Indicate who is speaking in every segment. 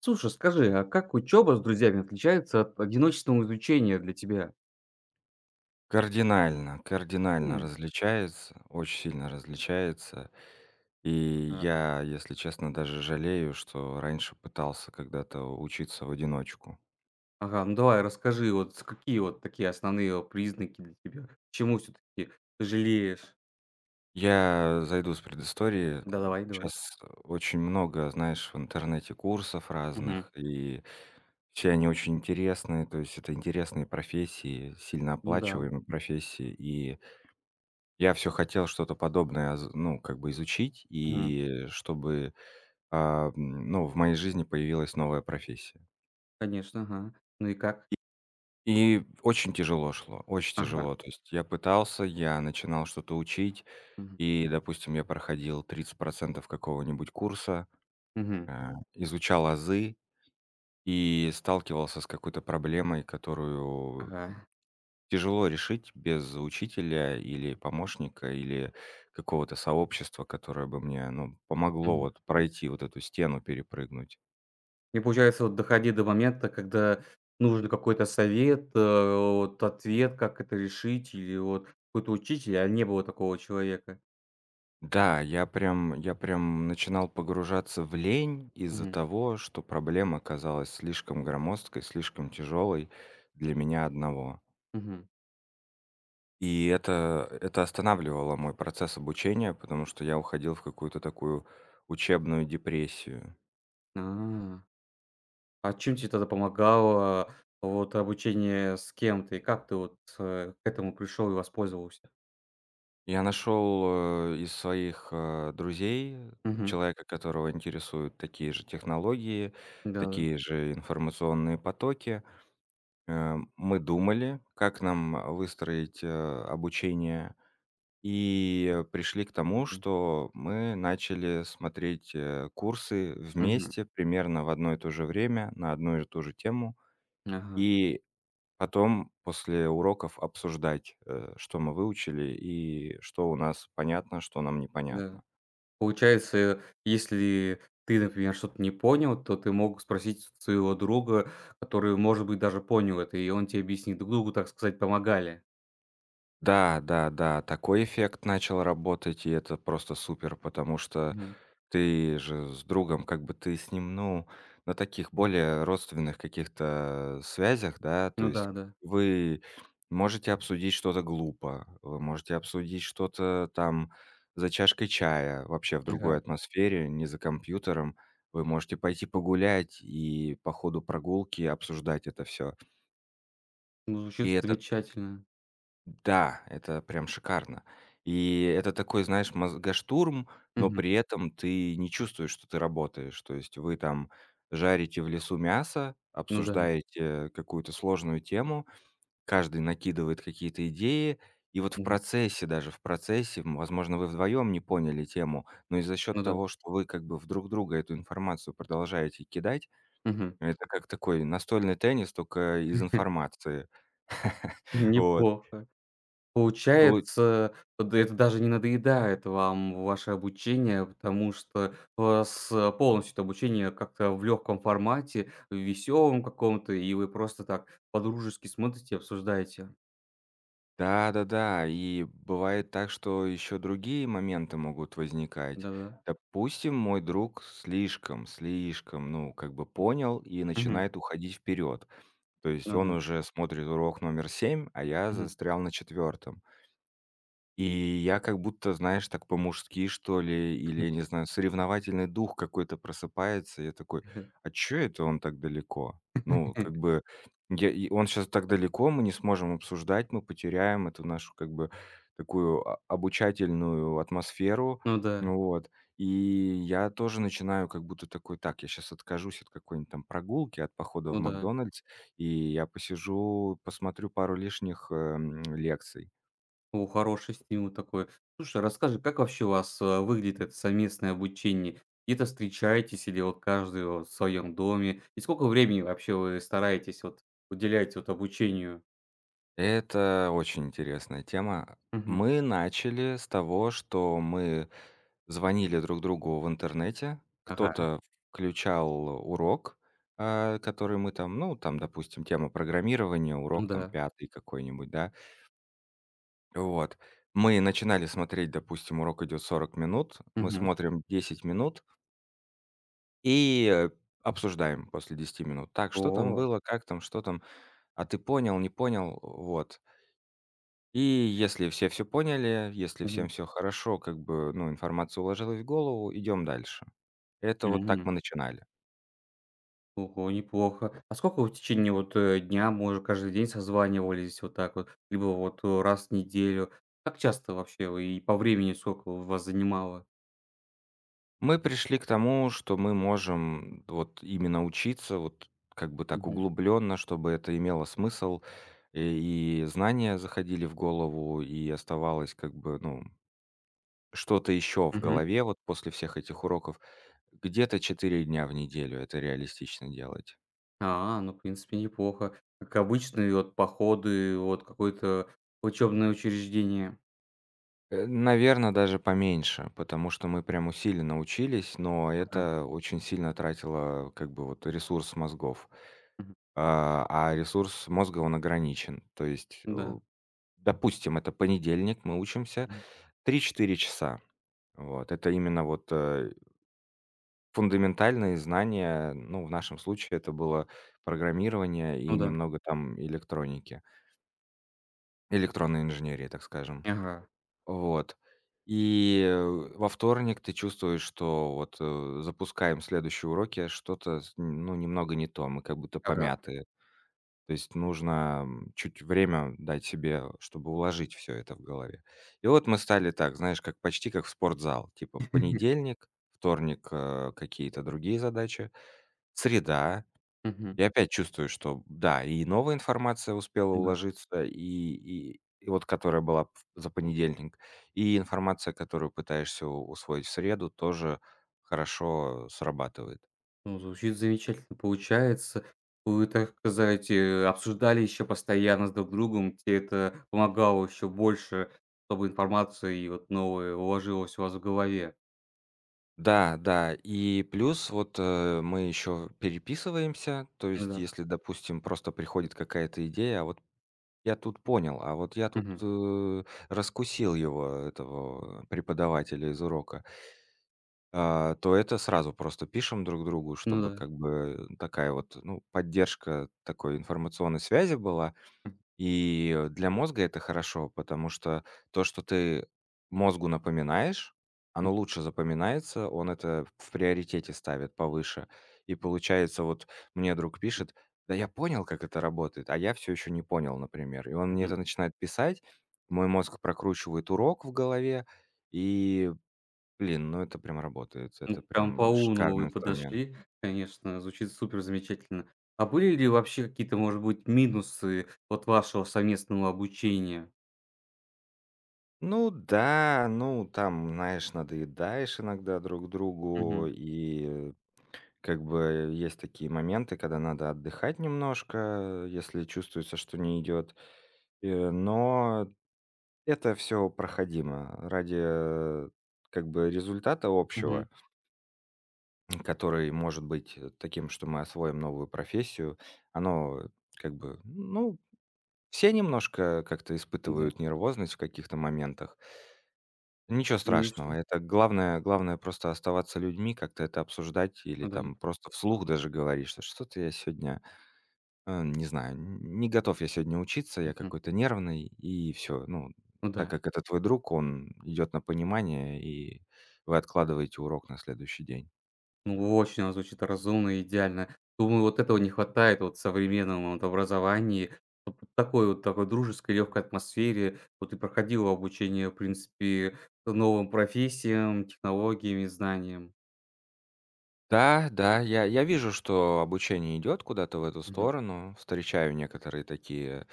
Speaker 1: Слушай, скажи, а как учеба с друзьями отличается от одиночного изучения для тебя?
Speaker 2: Кардинально, кардинально
Speaker 1: М.
Speaker 2: различается, очень сильно различается. И
Speaker 1: Ага,
Speaker 2: я, если честно, даже жалею, что раньше пытался когда-то учиться в одиночку.
Speaker 1: ага, ну давай расскажи, вот с какие вот такие основные вот признаки для тебя? Чему все-таки жалеешь?
Speaker 2: Я зайду с предыстории.
Speaker 1: Да, давай, давай.
Speaker 2: Сейчас очень много, знаешь, в интернете курсов
Speaker 1: Мгм.
Speaker 2: разных, и все они очень интересные, то есть это интересные профессии, сильно
Speaker 1: Ну да.
Speaker 2: оплачиваемые профессии. И я все хотел что-то подобное, оз ну, как бы изучить,
Speaker 1: Мгм.
Speaker 2: и чтобы в моей жизни появилась новая профессия.
Speaker 1: Конечно, ага. Ну и как?
Speaker 2: И очень тяжело шло, очень
Speaker 1: Ага.
Speaker 2: тяжело. То есть я пытался, я начинал что-то учить,
Speaker 1: Мгм.
Speaker 2: и, допустим, я проходил 30% какого-нибудь курса,
Speaker 1: Мгм.
Speaker 2: изучал азы и сталкивался с какой-то проблемой, которую
Speaker 1: Ага.
Speaker 2: тяжело решить без учителя или помощника, или какого-то сообщества, которое бы мне, ну, помогло
Speaker 1: Мгм.
Speaker 2: вот пройти вот эту стену, перепрыгнуть.
Speaker 1: И получается, вот доходи до момента, когда нужен какой-то совет, вот ответ, как это решить, или вот какой-то учитель, а не было такого человека.
Speaker 2: Да, я прям начинал погружаться в лень из-за
Speaker 1: Мгм.
Speaker 2: того, что проблема казалась слишком громоздкой, слишком тяжелой для меня одного.
Speaker 1: Мгм.
Speaker 2: И
Speaker 1: Очень.
Speaker 2: это останавливало мой процесс обучения, потому что я уходил в какую-то такую учебную депрессию.
Speaker 1: А. А чем тебе тогда помогало вот обучение с кем-то? И как ты вот, к этому пришел и воспользовался?
Speaker 2: Я нашел, из своих, друзей
Speaker 1: Мгм.
Speaker 2: человека, которого интересуют такие же технологии,
Speaker 1: Да.
Speaker 2: такие же информационные потоки. Мы думали, как нам, выстроить, обучение, и пришли к тому,
Speaker 1: Мгм.
Speaker 2: что мы начали смотреть, курсы
Speaker 1: Мгм.
Speaker 2: вместе примерно в одно и то же время на одну и ту же тему,
Speaker 1: Ага.
Speaker 2: и потом после уроков обсуждать, что мы выучили и что у нас понятно, что нам
Speaker 1: Да.
Speaker 2: непонятно.
Speaker 1: Получается, если ты, например, что-то не понял, то ты мог спросить своего друга, который, может быть, даже понял это, и он тебе объяснит. Друг другу, так сказать, помогали.
Speaker 2: Да, да, да, такой эффект начал работать, и это просто супер, потому что
Speaker 1: Мгм.
Speaker 2: ты же с другом, как бы ты с ним, ну, на таких более родственных каких-то связях, да, то
Speaker 1: Ну
Speaker 2: есть
Speaker 1: да,
Speaker 2: к
Speaker 1: да.
Speaker 2: вы можете обсудить что-то глупо, вы можете обсудить что-то там за чашкой чая, вообще в другой
Speaker 1: Ага.
Speaker 2: атмосфере, не за компьютером. Вы можете пойти погулять и по ходу прогулки обсуждать это все.
Speaker 1: Ну, звучит
Speaker 2: И это,
Speaker 1: замечательно.
Speaker 2: да, это прям шикарно. И это такой, знаешь, мозгоштурм, но
Speaker 1: Мгм.
Speaker 2: при этом ты не чувствуешь, что ты работаешь. То есть вы там жарите в лесу мясо,
Speaker 1: Ну да.
Speaker 2: обсуждаете какую-то сложную тему, каждый накидывает какие-то идеи, и вот в
Speaker 1: Мгм.
Speaker 2: процессе, даже в процессе, возможно, вы вдвоем не поняли тему, но и за счет
Speaker 1: Ну да.
Speaker 2: того, что вы как бы в друг друга эту информацию продолжаете кидать,
Speaker 1: Мгм.
Speaker 2: это как такой настольный теннис, только из информации. Вот.
Speaker 1: Неплохо.
Speaker 2: И полу
Speaker 1: Получается, да это даже не надоедает вам ваше обучение, потому что у вас, полностью это обучение как-то в легком формате, в веселом каком-то, и вы просто так по-дружески смотрите, обсуждаете.
Speaker 2: Да-да-да, и бывает так, что еще другие моменты могут возникать.
Speaker 1: Да-да.
Speaker 2: Допустим, мой друг слишком, слишком, ну, как бы понял и
Speaker 1: Мгм.
Speaker 2: начинает уходить вперед. То есть
Speaker 1: Ну
Speaker 2: он
Speaker 1: да.
Speaker 2: уже смотрит урок номер 7, а я
Speaker 1: Мгм.
Speaker 2: застрял на четвертом. И я как будто, знаешь, так по-мужски, что ли, или, я не знаю, соревновательный дух какой-то просыпается. Я такой: "А чё это он так далеко?" Ну, как бы, я и он сейчас так далеко, мы не сможем обсуждать, мы потеряем эту нашу, как бы, такую обучательную атмосферу.
Speaker 1: Ну да,
Speaker 2: Ну вот. И я тоже начинаю как будто такой: "Так, я сейчас откажусь от какой-нибудь там прогулки, от похода в
Speaker 1: ну да.
Speaker 2: "Макдональдс", и я посижу, посмотрю пару лишних, лекций".
Speaker 1: О, хороший стимул такой. Слушай, а расскажи, как вообще у вас, выглядит это совместное обучение? Где-то встречаетесь или вот каждый вот в своем доме? И сколько времени вообще вы стараетесь вот уделять вот обучению?
Speaker 2: Это очень интересная тема.
Speaker 1: Мгм.
Speaker 2: Мы начали с того, что мы звонили друг другу в интернете.
Speaker 1: Ага,
Speaker 2: Кто-то включал урок, который мы там, ну, там, допустим, тема программирования,
Speaker 1: ну
Speaker 2: урок там
Speaker 1: да.
Speaker 2: пятый какой-нибудь, да. Вот. Мы начинали смотреть, допустим, урок идет 40 минут, мы
Speaker 1: Мгм.
Speaker 2: смотрим 10 минут и обсуждаем после 10 минут. Так, что там
Speaker 1: О,
Speaker 2: было, как там, что там, а ты понял, не понял, вот. И если все все поняли, если
Speaker 1: мгм,
Speaker 2: всем все хорошо, как бы, ну, информация уложилась в голову, идем дальше. Это вот так
Speaker 1: мгм.
Speaker 2: мы начинали.
Speaker 1: Ого, неплохо. А сколько вы в течение вот, дня, может, каждый день созванивались вот так вот, либо вот, раз в неделю? Как часто вообще вы и по времени сколько у вас занимало?
Speaker 2: Мы пришли к тому, что мы можем вот именно учиться вот как бы так
Speaker 1: Мгм.
Speaker 2: углубленно, чтобы это имело смысл, и знания заходили в голову, и оставалось как бы, ну, что-то еще в
Speaker 1: Мгм.
Speaker 2: голове вот после всех этих уроков. Где-то 4 дня в неделю это реалистично делать.
Speaker 1: А, ну, в принципе, неплохо. Как обычные вот походы, вот какое-то учебное учреждение.
Speaker 2: Наверное, даже поменьше, потому что мы прям усиленно учились, но
Speaker 1: Ага.
Speaker 2: это очень сильно тратило, как бы, вот ресурс мозгов.
Speaker 1: Мгм.
Speaker 2: А ресурс мозга, он ограничен. То есть,
Speaker 1: Да.
Speaker 2: допустим, это понедельник, мы учимся
Speaker 1: Мгм.
Speaker 2: 3-4 часа. Вот. Это именно вот, фундаментальные знания. Ну, в нашем случае это было программирование и
Speaker 1: Ну да.
Speaker 2: немного там электроники, электронной инженерии, так скажем.
Speaker 1: Ага.
Speaker 2: Вот. И, во вторник ты чувствуешь, что вот, запускаем следующие уроки, а что-то с ну, немного не то, мы как будто
Speaker 1: Ага.
Speaker 2: помятые. То есть нужно, чуть время дать себе, чтобы уложить все это в голове. И вот мы стали так, знаешь, как почти как в спортзал. Типа понедельник, вторник, какие-то другие задачи, среда
Speaker 1: Мгм.
Speaker 2: я опять чувствую, что да, и новая информация успела
Speaker 1: Да.
Speaker 2: уложиться, и вот которая была в за понедельник, и информация, которую пытаешься у усвоить в среду, тоже хорошо срабатывает.
Speaker 1: Ну, звучит замечательно. Получается, вы, так сказать, обсуждали еще постоянно с друг другом, тебе это помогало еще больше, чтобы информация и вот новая уложилась у вас в голове.
Speaker 2: Да, да, и плюс вот, мы еще переписываемся. То
Speaker 1: Ну
Speaker 2: есть,
Speaker 1: да.
Speaker 2: если, допустим, просто приходит какая-то идея: "А вот я тут понял, а вот я тут,
Speaker 1: Мгм.
Speaker 2: раскусил его, этого преподавателя из урока". То это сразу просто пишем друг другу,
Speaker 1: Ну
Speaker 2: чтобы
Speaker 1: да.
Speaker 2: как бы такая вот, ну, поддержка такой информационной связи была.
Speaker 1: М.
Speaker 2: И для мозга это хорошо, потому что то, что ты мозгу напоминаешь, оно лучше запоминается, он это в приоритете ставит повыше. И получается, вот мне друг пишет, да я понял, как это работает, а я все еще не понял, например. И он мне
Speaker 1: Мгм.
Speaker 2: это начинает писать, мой мозг прокручивает урок в голове, и блин, ну это прям работает, это
Speaker 1: Ну, прям по
Speaker 2: прям
Speaker 1: уму
Speaker 2: шикарный
Speaker 1: вы
Speaker 2: инструмент.
Speaker 1: подошли, конечно, звучит супер замечательно. А были ли вообще какие-то, может быть, минусы от вашего совместного обучения?
Speaker 2: Ну да, ну там, знаешь, надоедаешь иногда друг другу,
Speaker 1: Мгм,
Speaker 2: и как бы есть такие моменты, когда надо отдыхать немножко, если чувствуется, что не идет. Но это все проходимо ради э, как бы результата
Speaker 1: мгм.
Speaker 2: общего, который может быть таким, что мы освоим новую профессию. Оно как бы, ну, все немножко как-то
Speaker 1: Да,
Speaker 2: испытывают нервозность в каких-то моментах. Ничего страшного.
Speaker 1: конечно.
Speaker 2: Это главное просто оставаться людьми, как-то это обсуждать или
Speaker 1: Ну да.
Speaker 2: там просто вслух даже говорить, что что-то я сегодня, не знаю, не готов я сегодня учиться, я
Speaker 1: Мгм.
Speaker 2: какой-то нервный, и все. Ну,
Speaker 1: Ну
Speaker 2: так
Speaker 1: да.
Speaker 2: как это твой друг, он идет на понимание, и вы откладываете урок на следующий день.
Speaker 1: Ну, очень оно звучит разумно и идеально. Думаю, вот этого не хватает вот в современном вот образовании. Вот такой дружеской, легкой атмосфере. Вот и проходило обучение, в принципе, новым профессиям, технологиям и знаниям.
Speaker 2: Да, да, я вижу, что обучение идет куда-то в эту
Speaker 1: Мгм.
Speaker 2: сторону. Встречаю некоторые такие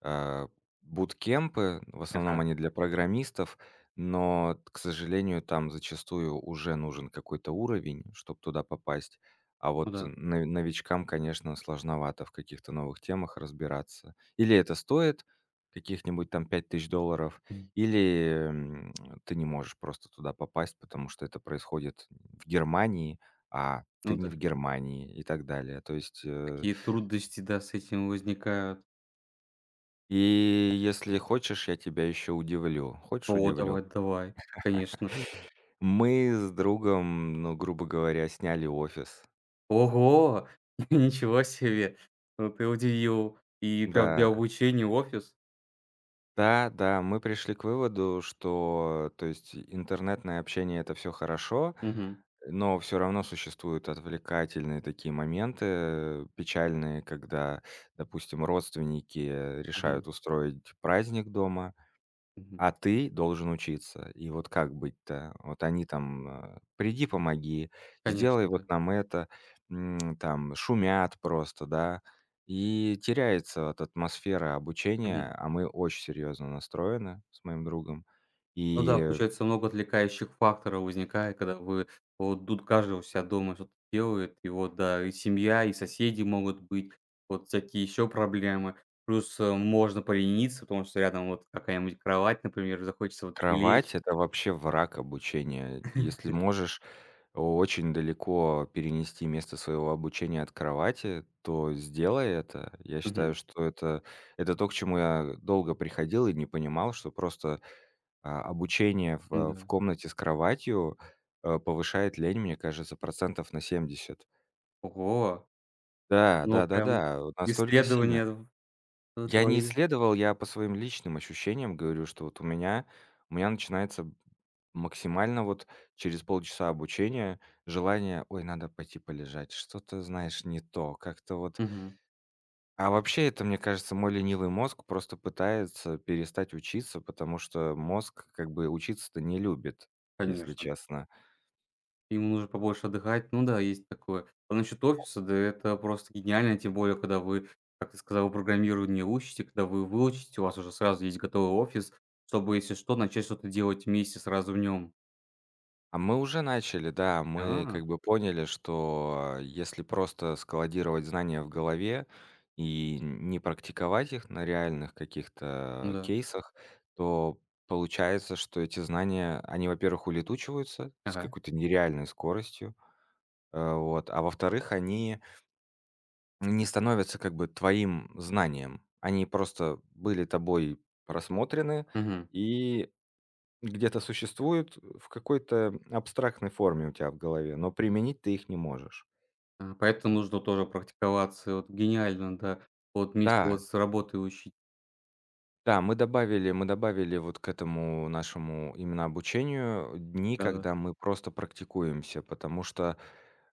Speaker 2: а, буткемпы, в основном
Speaker 1: Ага.
Speaker 2: они для программистов, но, к сожалению, там зачастую уже нужен какой-то уровень, чтобы туда попасть. А
Speaker 1: Ну
Speaker 2: вот
Speaker 1: да.
Speaker 2: новичкам, конечно, сложновато в каких-то новых темах разбираться. Или это стоит каких-нибудь там 5000 долларов,
Speaker 1: М.
Speaker 2: или ты не можешь просто туда попасть, потому что это происходит в Германии, а ты
Speaker 1: Ну
Speaker 2: не в
Speaker 1: да.
Speaker 2: Германии и так далее. То есть.
Speaker 1: Какие трудности, да, с этим возникают.
Speaker 2: И если хочешь, я тебя еще удивлю. Хочешь,
Speaker 1: О,
Speaker 2: удивлю?
Speaker 1: давай, давай, конечно.
Speaker 2: Мы с другом, ну, грубо говоря, сняли офис.
Speaker 1: Ого! Ничего себе! Ну, ты удивил. И прям для
Speaker 2: Да,
Speaker 1: обучения офис?
Speaker 2: да, да, мы пришли к выводу, что, то есть, интернетное общение — это все хорошо,
Speaker 1: Мгм,
Speaker 2: но все равно существуют отвлекательные такие моменты печальные, когда, допустим, родственники решают
Speaker 1: мгм,
Speaker 2: устроить праздник дома,
Speaker 1: мгм.
Speaker 2: а ты должен учиться. И вот как быть-то? Вот они там, "Приди, помоги, сделай
Speaker 1: Конечно,
Speaker 2: вот
Speaker 1: да.
Speaker 2: нам это", там шумят просто, да. И теряется вот атмосфера
Speaker 1: Мгм.
Speaker 2: обучения, а мы очень серьезно настроены с моим другом.
Speaker 1: Ну да,
Speaker 2: И
Speaker 1: получается, много отвлекающих факторов возникает, когда вы вот тут каждый у себя дома что-то делает. И вот, да, и семья, и соседи могут быть, вот всякие еще проблемы. Плюс, можно полениться, потому что рядом вот какая-нибудь кровать, например, захочется вот прилечь.
Speaker 2: Кровать — это вообще враг обучения. Если можешь очень далеко перенести место своего обучения от кровати, то сделай это. Я считаю, что это то, к чему я долго приходил и не понимал, что просто, обучение в
Speaker 1: да
Speaker 2: комнате с кроватью, повышает лень, мне кажется, процентов на 70.
Speaker 1: Ого!
Speaker 2: Да,
Speaker 1: Ну, прям
Speaker 2: да-да-да, вот настолько сильно.
Speaker 1: исследования в
Speaker 2: Я не
Speaker 1: твои.
Speaker 2: исследовал, я по своим личным ощущениям говорю, что вот у меня начинается максимально вот через полчаса обучения желание: "Ой, надо пойти полежать, что-то, знаешь, не то, как-то вот".
Speaker 1: Мгм.
Speaker 2: А вообще это, мне кажется, мой ленивый мозг просто пытается перестать учиться, потому что мозг как бы учиться-то не любит, если
Speaker 1: Конечно.
Speaker 2: честно.
Speaker 1: Ему нужно побольше отдыхать. Ну да, есть такое. А насчет офиса, да это просто гениально, тем более, когда вы, как ты сказала, программирование учите, когда вы выучите, у вас уже сразу есть готовый офис, чтобы, если что, начать что-то делать вместе сразу в нем.
Speaker 2: А мы уже начали, да. Мы
Speaker 1: А,
Speaker 2: как бы поняли, что если просто складировать знания в голове и не практиковать их на реальных
Speaker 1: ну
Speaker 2: каких-то
Speaker 1: да.
Speaker 2: кейсах, то получается, что эти знания, они, во-первых, улетучиваются с
Speaker 1: Ага.
Speaker 2: какой-то нереальной скоростью, вот, а во-вторых, они не становятся как бы твоим знанием. Они просто были тобой просмотрены,
Speaker 1: Мгм.
Speaker 2: и где-то существуют в какой-то абстрактной форме у тебя в голове, но применить ты их не можешь.
Speaker 1: А, поэтому нужно тоже практиковаться. Вот гениально, да. Вот вместе
Speaker 2: Да,
Speaker 1: вот с работой учить.
Speaker 2: да, мы добавили вот к этому нашему именно обучению дни,
Speaker 1: Да-да.
Speaker 2: когда мы просто практикуемся, потому что,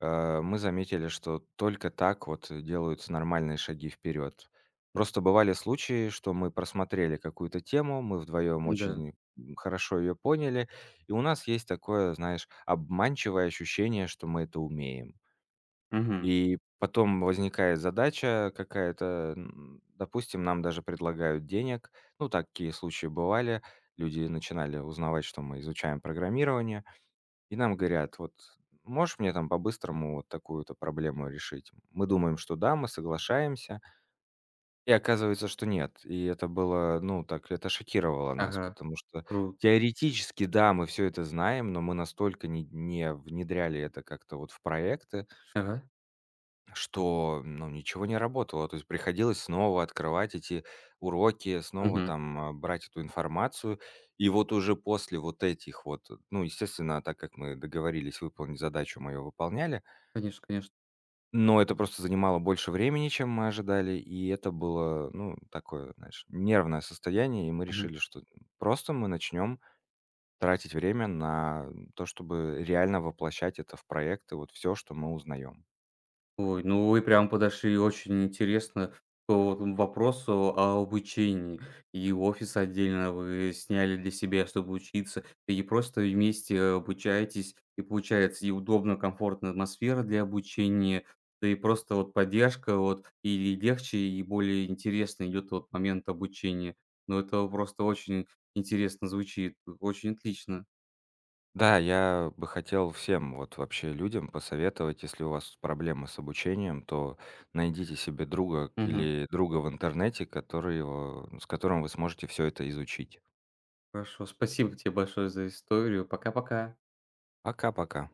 Speaker 2: мы заметили, что только так вот делаются нормальные шаги вперед. Просто бывали случаи, что мы просмотрели какую-то тему, мы вдвоем
Speaker 1: Да.
Speaker 2: очень, хорошо ее поняли, и у нас есть такое, знаешь, обманчивое ощущение, что мы это умеем.
Speaker 1: Мгм.
Speaker 2: И потом возникает задача какая-то, допустим, нам даже предлагают денег. Ну, такие случаи бывали. Люди начинали узнавать, что мы изучаем программирование, и нам говорят, вот можешь мне там по-быстрому вот такую-то проблему решить? Мы думаем, что да, мы соглашаемся, и оказывается, что нет. И это было, ну, так, это шокировало нас,
Speaker 1: Ага.
Speaker 2: потому что
Speaker 1: Круто.
Speaker 2: теоретически, да, мы все это знаем, но мы настолько не внедряли это как-то вот в проекты,
Speaker 1: Ага.
Speaker 2: что, ну, ничего не работало. То есть приходилось снова открывать эти уроки, снова
Speaker 1: Мгм.
Speaker 2: там, брать эту информацию. И вот уже после вот этих вот, ну, естественно, так как мы договорились выполнить задачу, мы ее выполняли,
Speaker 1: Конечно, конечно.
Speaker 2: но это просто занимало больше времени, чем мы ожидали, и это было, ну, такое, знаешь, нервное состояние, и мы
Speaker 1: Мгм.
Speaker 2: решили, что просто мы начнем тратить время на то, чтобы реально воплощать это в проекты, вот все, что мы узнаем.
Speaker 1: Ой, ну вы прям подошли очень интересно к вот вопросу о обучении. И офис отдельно вы сняли для себя, чтобы учиться, и просто вместе обучаетесь. И получается и удобно, комфортная атмосфера для обучения, да и просто вот поддержка вот, и легче, и более интересно идет вот момент обучения. Ну, это просто очень интересно звучит, очень отлично.
Speaker 2: Да, я бы хотел всем вот вообще людям посоветовать, если у вас проблемы с обучением, то найдите себе друга
Speaker 1: Мгм.
Speaker 2: или друга в интернете, который, его, с которым вы сможете все это изучить.
Speaker 1: Хорошо, спасибо тебе большое за историю. Пока-пока.
Speaker 2: Пока-пока.